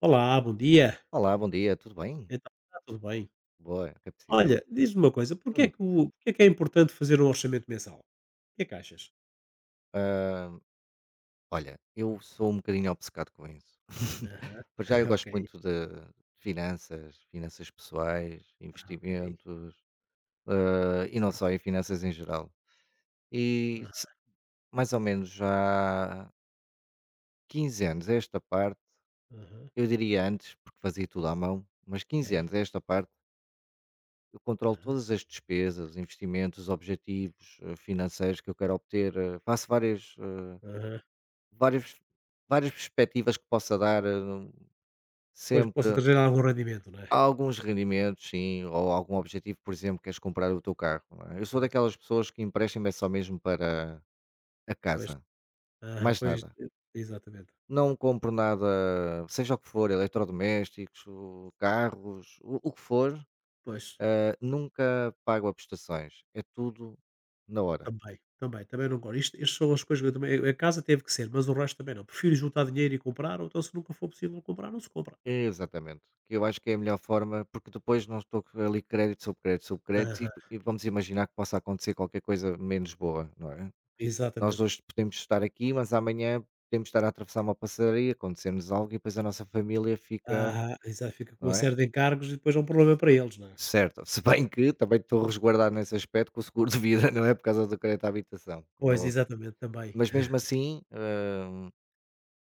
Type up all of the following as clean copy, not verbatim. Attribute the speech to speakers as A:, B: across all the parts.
A: Olá, bom dia.
B: Olá, bom dia, tudo bem?
A: Então, está tudo bem?
B: Boa, é preciso.
A: Olha, diz-me uma coisa, porque é
B: Hum,
A: que o porque é que é importante fazer um orçamento mensal? O que é que achas?
B: Olha, eu sou um bocadinho obcecado com isso.
A: Aham.
B: Por já eu
A: Ok.
B: gosto muito de finanças, finanças pessoais,
A: Ah, ok.
B: investimentos, e não só, e finanças em geral. E se-
A: Aham,
B: Mais ou menos já 15 anos a esta parte,
A: aham,
B: eu diria antes, porque fazia tudo à mão, mas
A: ok.
B: 15 anos a esta parte, eu controlo
A: Aham,
B: todas as despesas, investimentos, objetivos financeiros que eu quero obter, faço várias. eh,
A: aham.
B: Várias várias perspectivas que possa dar,
A: Pois possa
B: sempre
A: trazer algum rendimento, não é?
B: há alguns rendimentos, sim, ou algum objetivo. Por exemplo, queres comprar o teu carro, não é? Eu sou
A: Aham,
B: daquelas pessoas que empréstimo é só mesmo para a
A: pois.
B: casa,
A: Aham,
B: mais
A: pois isto
B: nada.
A: exatamente.
B: Não compro nada, seja o que for, eletrodomésticos, o carros, o que for,
A: Pois,
B: nunca pago a prestações, é tudo na hora.
A: também, também, também não gosto. Isto são as coisas que eu também a casa teve que ser, mas o resto também não. Prefiro juntar dinheiro e comprar, ou então se nunca for possível comprar, não se compra.
B: Exatamente, que eu acho que é a melhor forma, porque depois não estou ali crédito sobre crédito sobre crédito e
A: Aham,
B: e vamos imaginar que possa acontecer qualquer coisa menos boa, não é? Nós
A: exatamente.
B: hoje podemos estar aqui, mas amanhã podemos estar a atravessar uma passaria, acontecer-nos algo e depois a nossa família fica,
A: Aham, exato, fica com uma
B: não é?
A: série de encargos e depois é um problema para eles, não é?
B: Certo, se bem que também estou resguardado nesse aspecto com o seguro de vida, não é? Por causa do crédito à habitação, como é
A: Pois,
B: óbvio.
A: exatamente, também.
B: Mas mesmo assim,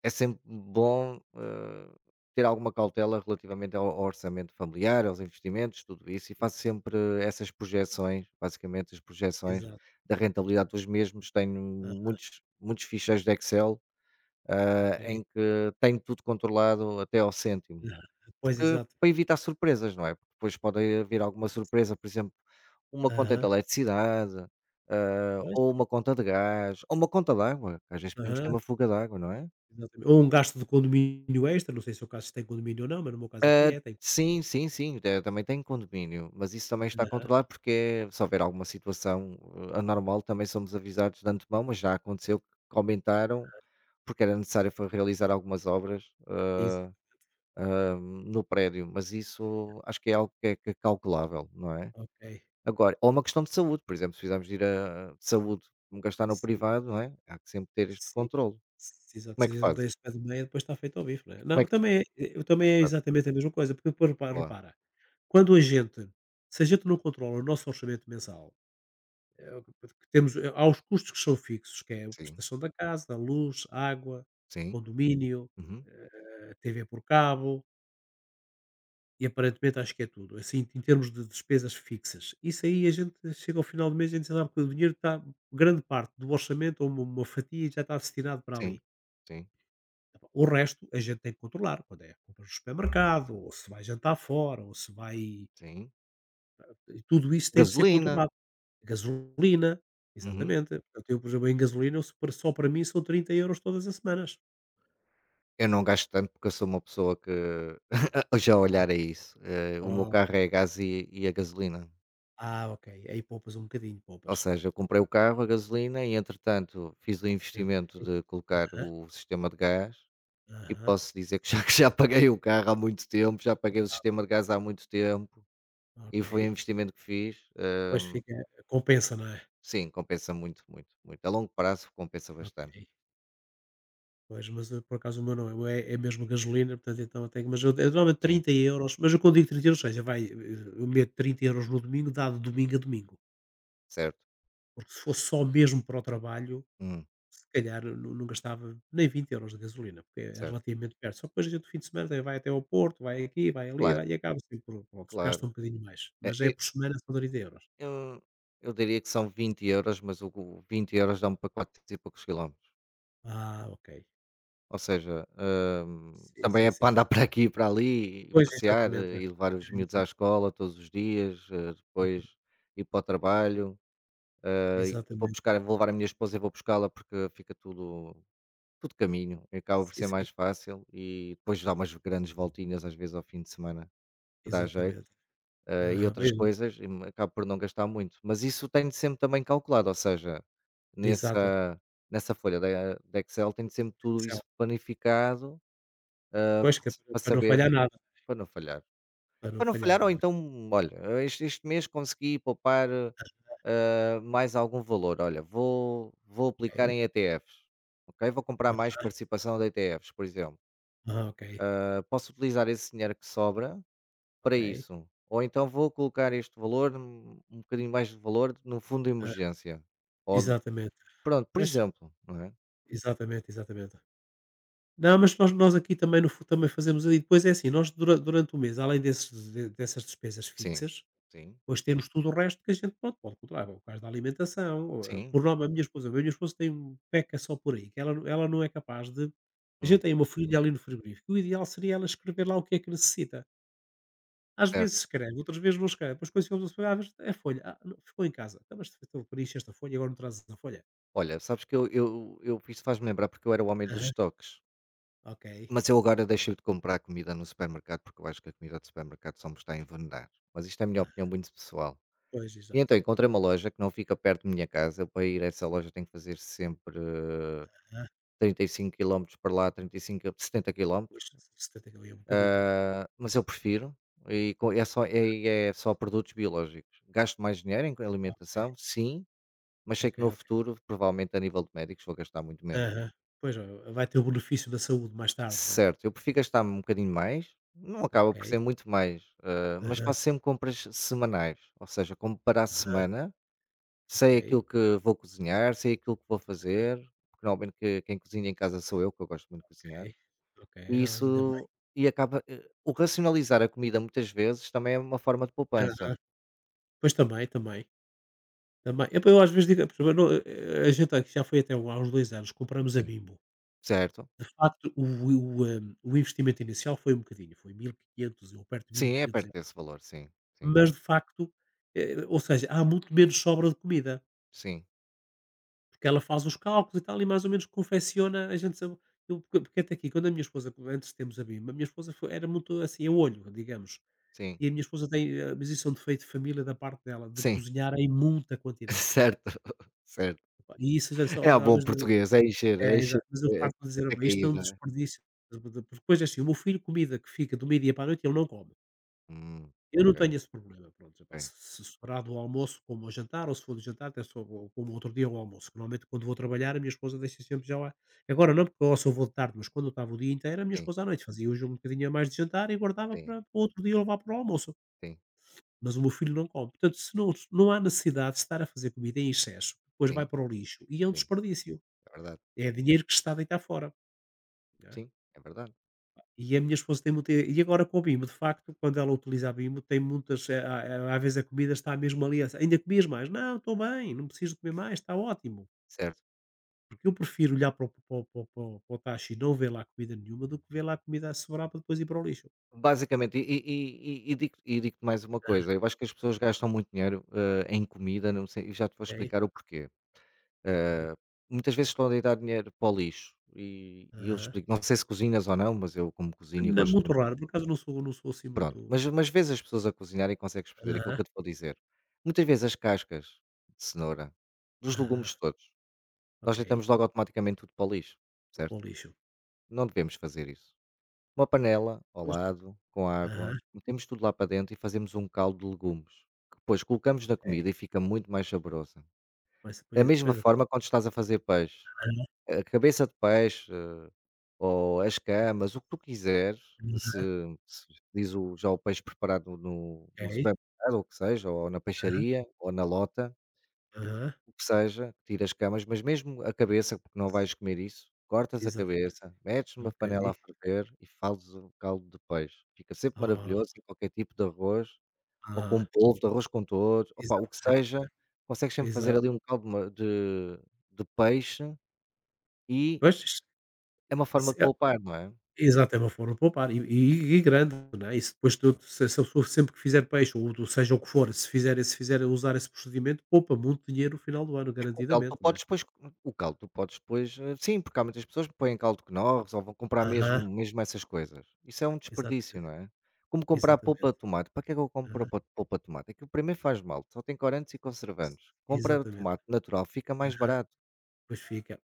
B: é sempre bom, ter alguma cautela relativamente ao orçamento familiar, aos investimentos, tudo isso, e faço sempre essas projeções, basicamente as projeções
A: Exato.
B: da rentabilidade dos mesmos. Tenho
A: Ah,
B: muitos, muitos ficheiros de Excel
A: ok.
B: em que tenho tudo controlado até ao cêntimo,
A: Aham. Pois, exato.
B: para evitar surpresas, não é? Porque depois pode haver alguma surpresa, por exemplo, uma conta de
A: Aham.
B: eletricidade,
A: Pois.
B: ou uma conta de gás, ou uma conta de água, que às vezes podemos ter
A: Aham,
B: uma fuga de água, não é?
A: exatamente. Ou um gasto de condomínio extra, não sei se o caso se tem condomínio ou não, mas no meu caso aqui
B: Ah,
A: é, tem.
B: sim, sim, sim, também tem condomínio, mas isso também está
A: Aham,
B: controlado porque se houver alguma situação anormal também somos avisados de antemão, mas já aconteceu que aumentaram porque era necessário foi realizar algumas obras
A: exa
B: no prédio, mas isso acho que é algo que é calculável, não é?
A: ok.
B: Agora, ou uma questão de saúde, por exemplo, se precisarmos de ir a de saúde, como gastar no
A: Sim,
B: privado, não é? Há que sempre ter este
A: sim.
B: controle.
A: S Exato,
B: Como é
A: se a
B: que
A: gente não
B: fazes?
A: tem esse pé de meia, depois está feito ao bife, não é?
B: Como é
A: Não,
B: que tu
A: também é eu
B: Como é
A: também
B: que
A: é
B: fazes?
A: exatamente a mesma coisa, porque depois repa
B: Olá.
A: repara, quando a gente se a gente não controla o nosso orçamento mensal. É o que que temos, há os custos que são fixos, que é a
B: Sim,
A: prestação da casa, luz, água,
B: sim,
A: condomínio,
B: uhum,
A: eh, TV por cabo e aparentemente acho que é tudo. Assim, em termos de despesas fixas. Isso aí a gente chega ao final do mês e a gente sabe que o dinheiro está, grande parte do orçamento ou uma fatia já está destinado para
B: sim,
A: ali.
B: sim,
A: O resto a gente tem que controlar, quando é compras no supermercado, ou se vai jantar fora, ou se vai.
B: sim.
A: Tudo isso tem de ser
B: Gasolina,
A: controlado. Gasolina,
B: uhum.
A: exatamente. Portanto, eu tenho, por exemplo, em gasolina, eu se por só para mim são 30 € todas as semanas.
B: Eu não gasto tanto porque eu sou uma pessoa que já olhar a isso, o meu
A: Ok.
B: carro é a gás e a gasolina.
A: Ah, ok. Aí poupas um bocadinho,
B: Ou
A: poupas.
B: seja, eu comprei o carro, a gasolina e entretanto fiz o investimento
A: Ok.
B: de colocar o sistema de gás e
A: Aham,
B: posso dizer que já que já paguei o carro há muito tempo, já paguei o sistema de gás há muito tempo e
A: ok.
B: foi um investimento que fiz.
A: Pois fica compensa, não é?
B: Sim, compensa muito, muito, muito. A longo prazo compensa bastante.
A: Ok. Pois, mas eu, por acaso o meu não é, o meu é mesmo gasolina, portanto então eu tenho, mas eu, normalmente
B: Sim,
A: 30€, mas eu quando digo 30€, ou seja, vai, eu meto 30 € no domingo, dado domingo a domingo.
B: certo.
A: Porque se fosse só mesmo para o trabalho,
B: Hum,
A: se calhar não gastava nem 20€ de gasolina, porque é
B: certo.
A: relativamente perto. Só que depois a gente no fim de semana também vai até ao Porto, vai aqui, vai ali,
B: Claro,
A: vai e acaba sempre por prontos, gasta
B: claro.
A: um bocadinho mais,
B: É
A: mas é
B: é,
A: por semana são 30€.
B: Eu, eu diria que são 20 euros, mas o 20 euros dá-me para 400 e poucos quilómetros.
A: Ah, ok.
B: Ou seja,
A: Sim,
B: também
A: sim,
B: é para
A: sim.
B: andar para aqui e para ali, e
A: Pois,
B: passear,
A: exatamente, é.
B: e levar os miúdos
A: É.
B: à escola todos os dias,
A: Uhum.
B: depois ir para o trabalho. Vou
A: Exatamente.
B: buscar, vou levar a minha esposa e vou buscá-la porque fica tudo, tudo caminho. Acaba por
A: Sim,
B: ser
A: sim,
B: mais fácil e depois dá umas grandes voltinhas às vezes ao fim de semana, que dá jeito.
A: exatamente.
B: E
A: Aham,
B: outras
A: mesmo.
B: coisas, e me acabo por não gastar muito. Mas isso tenho sempre também calculado, ou seja,
A: Exato.
B: nessa, nessa folha da Excel tenho sempre tudo
A: Excel.
B: isso planificado,
A: Pois, que é para
B: para
A: para não
B: saber,
A: falhar nada,
B: para não falhar.
A: para não
B: Para não falhar,
A: falhar,
B: ou
A: não é?
B: então, olha, este mês consegui poupar mais algum valor. Olha, vou aplicar
A: Ok.
B: em ETFs, ok? Vou comprar mais participação de ETFs, por exemplo.
A: Ah, ok,
B: Posso utilizar esse dinheiro que sobra para
A: ok.
B: isso. Ou então vou colocar este valor, um bocadinho mais de valor, no fundo de
A: Hã,
B: emergência. Ou, no-
A: exatamente.
B: Pronto, por
A: Pois,
B: exemplo, não é?
A: exatamente, exatamente. Não, mas nós aqui também no fu também fazemos ali depois é assim, nós durante o mês, além desses de dessas despesas
B: Sim,
A: fixas,
B: sim,
A: depois temos tudo o resto que a gente, pronto, pode controlar, o caso da alimentação, ou,
B: sim.
A: por nome a minha esposa tem um peca só por aí, que ela não é capaz de. A gente
B: hum,
A: tem uma folha ali no frigorífico, o ideal seria ela escrever lá o que é que necessita. Às vezes
B: Certo.
A: escreve, outras vezes não escreve, depois quando chegamos ao supermercado: "é a folha, ah, não, ficou em casa, então mas então, tu preencheste esta folha e agora não trazes a folha?"
B: Olha, sabes que eu isso faz-me lembrar porque eu era o homem dos
A: "Aham,
B: estoques.
A: ok,
B: Mas eu agora deixei de comprar comida no supermercado porque eu acho que a comida do supermercado só me está a envenenar. Mas isto é a minha opinião
A: aham."
B: muito pessoal.
A: Pois,
B: E
A: exato.
B: então encontrei uma loja que não fica perto da minha casa. Para ir a essa loja tenho que fazer sempre
A: "Aham,
B: 35 quilómetros para lá, trinta e cinco a setenta
A: pois,
B: quilómetros
A: 70 é um bocadinho, é."
B: Mas eu prefiro e co é só e é só produtos biológicos. Gasto mais dinheiro em alimentação, sim, mas sei
A: Ok,
B: que no
A: ok.
B: futuro, provavelmente a nível de médicos, vou gastar muito menos.
A: Aham. Pois, ó, vai ter o benefício da saúde mais tarde, não é?
B: Certo, eu prefiro gastar um bocadinho mais, não acaba
A: Ok.
B: por ser muito mais, mas
A: Aham,
B: faço sempre compras semanais, ou seja, como para a
A: aham.
B: semana, sei
A: Ok,
B: aquilo que vou cozinhar, sei aquilo que vou fazer, porque normalmente que quem cozinha em casa sou eu, que eu gosto muito de cozinhar,
A: ok, ok.
B: e
A: Ah, ainda bem.
B: acaba, o racionalizar a comida muitas vezes também é uma forma de poupança.
A: Aham. Pois, também, também. Também. Epá, eu às vezes digo, por exemplo, eu não, a gente aqui já foi até há uns 2 anos, compramos a
B: Sim,
A: Bimbo.
B: certo.
A: De facto, o investimento inicial foi um bocadinho, foi 1500 ou perto de
B: Sim, é perto
A: 1.500€.
B: desse valor, sim, sim,
A: Mas de facto, ou seja, há muito menos sobra de comida.
B: sim,
A: Porque ela faz os cálculos e tal e mais ou menos confecciona, a gente sabe. Eu porque até aqui quando a minha esposa antes de termos a BIM, a minha esposa foi era muito assim a olho, digamos.
B: sim,
A: E a minha esposa tem, mas isso é um defeito de família da parte dela, de
B: sim,
A: cozinhar em muita quantidade.
B: certo, certo.
A: Epá, e isso já só
B: É a
A: às
B: bom
A: vezes digo
B: português, é encher, é
A: é,
B: encher,
A: exato, mas eu
B: é
A: farto de dizer: "Olha
B: até
A: bem, isto é
B: cair,
A: um
B: não é?
A: desperdício". Depois é assim, o meu filho comida que fica do meio-dia para a noite ele não come. Eu não
B: Ok,
A: tenho esse problema, pronto, epá,
B: ok.
A: se sobrar do almoço como ao jantar, ou se for do jantar até só vou como outro dia ao almoço, que normalmente quando vou trabalhar a minha esposa deixa sempre já lá. Agora não, porque eu só vou de tarde, mas quando eu estava o dia inteiro, a minha
B: Sim,
A: esposa à noite fazia hoje um bocadinho a mais de jantar e guardava
B: sim,
A: para outro dia levar para o almoço,
B: sim,
A: mas o meu filho não come. Portanto, se não há necessidade de estar a fazer comida em excesso, depois vai
B: sim,
A: para o lixo e é um
B: sim,
A: desperdício,
B: é verdade.
A: é dinheiro que se está a deitar fora.
B: Sim, é verdade,
A: E a minha esposa tem muita e agora com o Bimbo, de facto, quando ela utiliza a Bimbo, tem muitas, a às vezes a comida está mesmo ali assim: "Ainda comias mais?", "Não, estou bem, não preciso comer mais, está ótimo".
B: certo.
A: Porque eu prefiro olhar para o para o para o para o para o tacho e não ver lá comida nenhuma, do que ver lá comida a sobrar para depois ir para o lixo.
B: Basicamente, digo-te mais uma coisa, eu acho que as pessoas gastam muito dinheiro em comida, não sei, e já te vou
A: Ok,
B: explicar o porquê.
A: ok.
B: Eh, Muitas vezes estão a deitar dinheiro para o lixo, e eu
A: Aham.
B: explico, não sei se cozinhas ou não, mas eu como cozinho e
A: Não,
B: gosto
A: muito
B: muito,
A: raro, por acaso não sou assim
B: pronto.
A: muito.
B: Mas vezes as pessoas a cozinhar e consegues perceber aquilo
A: Aham,
B: que eu te vou dizer. Muitas vezes as cascas de cenoura, dos
A: aham.
B: legumes todos, nós
A: Ok.
B: deitamos logo automaticamente tudo para o lixo,
A: Muito para
B: certo?
A: o lixo.
B: Não devemos fazer isso. Uma panela ao
A: Pois.
B: lado, com
A: Aham,
B: água, metemos tudo lá para dentro e fazemos um caldo de legumes, que depois colocamos na
A: ok.
B: comida e fica muito mais saborosa.
A: Mas
B: Da
A: depois
B: mesma
A: depois
B: forma, quando estás a fazer peixe,
A: Aham.
B: a cabeça de peixe, ou as camas, o que tu quiseres, se
A: Aham.
B: se pedires o já o peixe preparado no
A: Ok.
B: supermercado ou o que seja, ou na
A: Aham,
B: peixaria, ou na lota,
A: aham.
B: o que seja, tira as camas, mas mesmo a cabeça, porque não vais comer isso, cortas a
A: Exatamente.
B: cabeça, metes numa
A: Ok.
B: panela a ferver e fazes um caldo de peixe. Fica sempre
A: Ah,
B: maravilhoso em qualquer tipo de arroz, ou
A: aham.
B: com polvo, de arroz com todos, opa, o que
A: Exatamente.
B: seja, consegues sempre fazer
A: Exato.
B: ali um caldo ma de peixe e
A: Pois,
B: é uma forma
A: isso
B: de
A: é
B: poupar, não é?
A: exato, é uma forma de poupar e e grande, não é, e se depois tu se a pessoa sempre que fizer peixe ou do seja o que for, se fizer usar esse procedimento, poupa muito dinheiro no final do ano,
B: É que o caldo tu
A: garantidamente, não é?
B: podes depois o caldo tu podes depois, sim, porque há muitas pessoas que põem caldo de nós, ou vão comprar mesmo
A: Aham.
B: mesmo essas coisas. Isso é um desperdício,
A: Exatamente,
B: não é? Como comprar
A: exatamente.
B: polpa de tomate, para que é que eu compro
A: Aham.
B: po polpa de tomate? É que o primeiro faz mal, só tem corantes e conservantes. Compra
A: Exatamente.
B: tomate natural, fica mais
A: Aham.
B: barato,
A: Pois fica,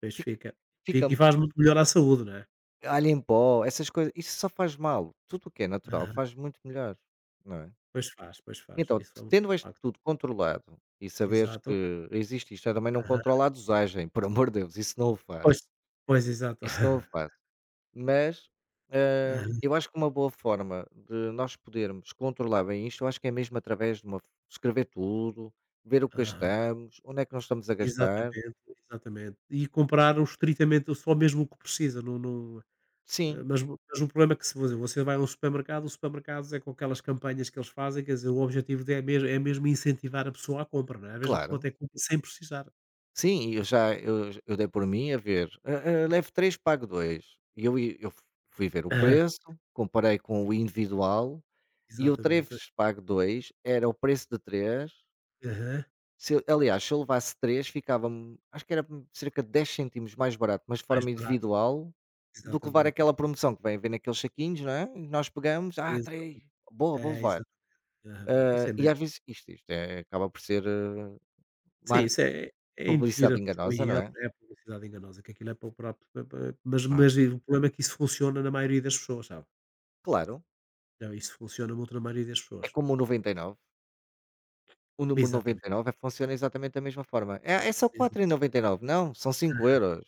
A: pois
B: fica
A: fica.
B: fica
A: Fica e faz muito melhor à saúde, não é?
B: alho em pó, essas coisas, isso só faz mal. Tudo o que é natural
A: Aham.
B: faz muito melhor, não é?
A: Pois faz, pois faz.
B: Então,
A: Isso é um
B: tendo isto
A: facto.
B: tudo controlado e saberes
A: Exato.
B: que existe isto, eu também não controlo a dosagem, por amor de Deus, isso não o
A: Pois,
B: faço.
A: pois exato.
B: Isso não o faço. Mas,
A: Aham,
B: eu acho que uma boa forma de nós podermos controlar bem isto, eu acho que é mesmo através de uma escrever tudo, ver o que
A: aham.
B: gastamos, onde é que nós estamos a gastar.
A: Exatamente, exatamente. E comprar o estritamente só mesmo o que precisa, não não eh,
B: Sim,
A: mas o problema é que se você vai a um supermercado, os supermercados é com aquelas campanhas que eles fazem, quer dizer, o objetivo é mesmo incentivar a pessoa à compra, não é? Às vezes a pessoa
B: claro.
A: até compra sem precisar.
B: Sim, eu já eu dei por mim a ver, levo 3 pago dois. Eu fui ver o
A: Aham,
B: preço, comparei com o individual e o
A: exatamente.
B: 3 pago 2 era o preço de três.
A: Aham.
B: Se eu, aliás, se eu levasse 3 ficava-me acho que era cerca de 10 cêntimos mais barato, mas de
A: Mais
B: forma
A: barato,
B: individual, do que levar
A: exatamente,
B: aquela promoção que vem naqueles saquinhos, não é, e nós pegamos: "Ah, 3
A: exatamente.
B: boa, vou
A: É,
B: levar".
A: exatamente. Aham, não, isso é
B: E
A: meio.
B: às vezes isto é acaba por ser,
A: Sim,
B: mark
A: isso é induzir a
B: publicidade
A: pessoa
B: enganosa,
A: em
B: não
A: erro,
B: é?
A: é a publicidade enganosa, que aquilo é para o próprio pa pa mas
B: Ah.
A: mas o problema é que isso funciona na maioria das pessoas, sabe.
B: Claro,
A: Não, isso funciona muito na maioria das
B: é
A: pessoas.
B: como o 99, o número
A: Exatamente,
B: 99 funciona exatamente da mesma forma. "É só
A: exa
B: 4,99." "Não, são 5 euros."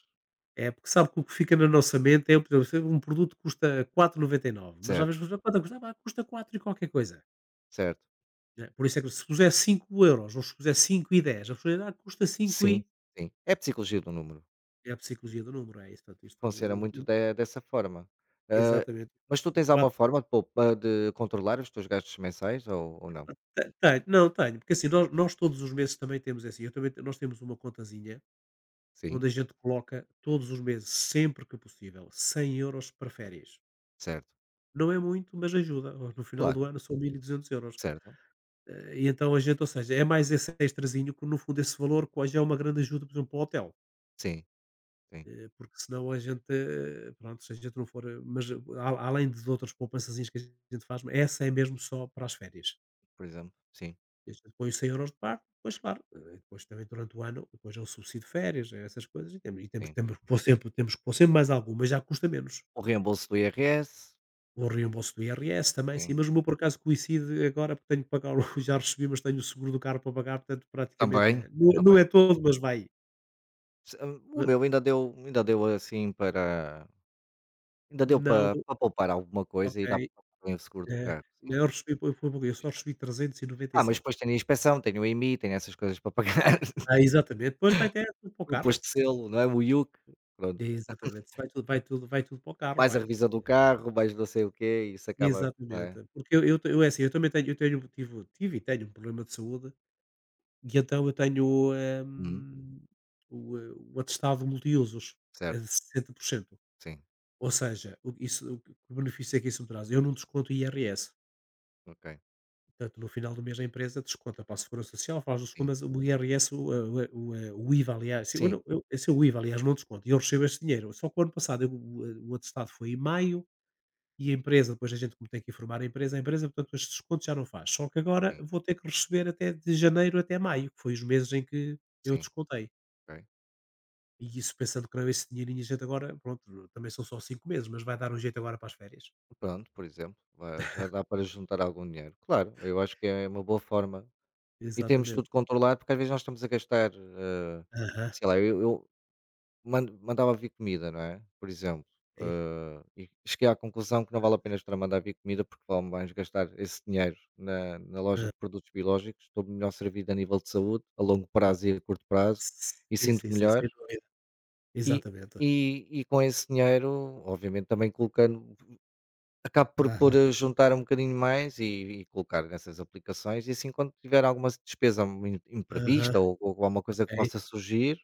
A: é, porque sabe que o que fica na nossa mente é, por exemplo, se um produto custa 4,99 mas às
B: "Certo,
A: vezes custa quanto é que custa? "Ah, pá, custa 4 e qualquer coisa",
B: certo."
A: né. Por isso é que se puser 5 € ou se puser 5,10, a pessoa diz: "Ah, custa cinco
B: Sim,
A: e"
B: sim, é a psicologia do número.
A: é a psicologia do número, é isso, portanto isto
B: Funciona
A: o
B: muito de dessa forma. Ah,
A: exatamente,
B: mas tu tens
A: o
B: alguma forma de poup ah, de controlar os teus gastos mensais ou não?
A: Te tenho, não tenho, porque assim, nós todos os meses também temos é assim, eu também nós temos uma contazinha, onde
B: Sim,
A: a gente coloca todos os meses, sempre que possível, 100 € para férias.
B: certo,
A: Não é muito, mas ajuda, oh, no final do
B: claro,
A: ano são mil e duzentos euros.
B: certo.
A: E então a gente ou seja, é mais esse extrazinho que no fundo esse valor que hoje é uma grande ajuda, por exemplo, para o hotel,
B: Sim, sim,
A: porque senão a gente, pronto, se a gente não for, mas a além de outras poupançazinhas que a gente faz, essa é mesmo só para as férias.
B: por exemplo, sim,
A: Deixa depois 100 € de parte, depois claro, depois também durante o ano, depois é o subsídio de férias, é essas coisas e temos
B: sim.
A: temos que pôr sempre temos que pôr sempre mais algum, mas já custa menos.
B: O reembolso do IRS,
A: O reembolso do IRS também sim,
B: sim,
A: mas o meu por acaso coincide agora porque tenho que pagar o já recebi, mas tenho o seguro do carro para pagar, portanto praticamente é
B: também,
A: não é não é
B: também.
A: todo, mas vai.
B: Se ah, o
A: Mas
B: meu ainda deu, ainda deu assim para ainda deu
A: não,
B: para para poupar alguma
A: ok,
B: coisa e dá para pagar o seguro do
A: eh,
B: carro, sim.
A: eu recebi foi pouquinho, eu só recebi
B: Ah, mas
A: 397.
B: depois tenho a inspeção, tenho o IMI, tenho essas coisas para pagar,
A: Ah, exatamente, depois vai até tudo para o
B: o
A: carro.
B: imposto de selo, não é, o IUC, pronto.
A: Exatamente, vai tudo, vai tudo, vai tudo para o carro,
B: Mais a
A: vai.
B: revisão do carro, mais não sei o quê, e isso acaba não é?
A: Exatamente, porque eu é assim, eu também tenho, eu tenho, tive e tenho um problema de saúde, e então eu tenho, eh,
B: Uhum,
A: o, eh, o atestado multiusos é de
B: certo.
A: 60%.
B: Sim,
A: Ou seja, o isso o que o benefício é que isso me traz? Eu não desconto o IRS,
B: ok.
A: portanto no final do mês a empresa desconta para a segurança social, faz não sei o quê,
B: Sim,
A: mas o IRS, o IVA aliás, se eu
B: sim,
A: não eu esse é o IVA aliás não desconto, e eu recebo esse dinheiro, só que o ano passado o atestado foi em maio. E a empresa, depois a gente como tem que informar a empresa, portanto, estes descontos já não faz. Só que agora
B: sim,
A: vou ter que receber até de janeiro até maio, que foi os meses em que eu
B: sim,
A: descontei.
B: ok.
A: E isso pensando que não, é esse dinheirinho a gente agora, pronto, também são só 5 meses, mas vai dar um jeito agora para as férias.
B: Pronto, por exemplo, vai já dá para juntar algum dinheiro. Claro, eu acho que é uma boa forma e temos
A: Exatamente.
B: tudo controlado, porque às vezes nós estamos a gastar,
A: Aham.
B: sei lá, eu Mand mandava vir comida, não é, por exemplo,
A: Ei,
B: e cheguei à conclusão que não vale a pena estar a mandar vir comida, porque vale mais gastar esse dinheiro na na loja
A: ah,
B: de produtos biológicos, estou melhor servido a nível de saúde, a longo
A: ah,
B: prazo e a curto prazo, e
A: sim, sim,
B: sinto-me
A: sim,
B: melhor,
A: sem dúvida.
B: e
A: Exatamente.
B: com esse dinheiro, obviamente, também colocando acabo por
A: Aham.
B: eh, juntar um bocadinho mais e colocar nessas aplicações e assim quando tiver alguma despesa im
A: Aham.
B: imprevista ou alguma coisa
A: Ok.
B: que possa surgir,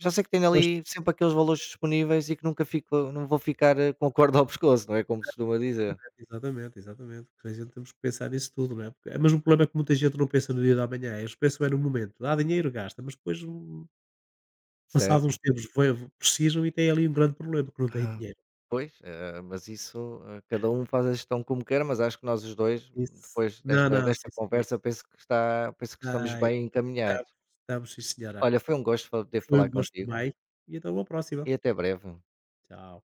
B: já sei que tenho
A: Pois.
B: ali sempre aqueles valores disponíveis e que nunca fico não vou ficar, com a corda ao pescoço, não é, como se costuma dizer,
A: Exatamente, exatamente. Porque a gente temos que pensar nisso tudo, não é? Porque, mas o problema é que muita gente não pensa no dia da manhã, eles pensam é no momento, dá dinheiro, gasta, mas depois, passado uns
B: certo?
A: tempos, precisam e têm ali um grande problema, que não têm dinheiro.
B: Pois, mas isso, cada um faz a gestão como quer, mas acho que nós os 2
A: Isso.
B: depois
A: Não, não,
B: desta
A: sim, sim.
B: conversa, penso que está penso que estamos
A: Ai,
B: bem
A: estamos,
B: encaminhados.
A: estamos, sim, senhora.
B: Olha, foi um gosto fa poder
A: Foi um
B: falar
A: gosto
B: contigo
A: também. E então, até uma próxima.
B: e até breve.
A: Tchau.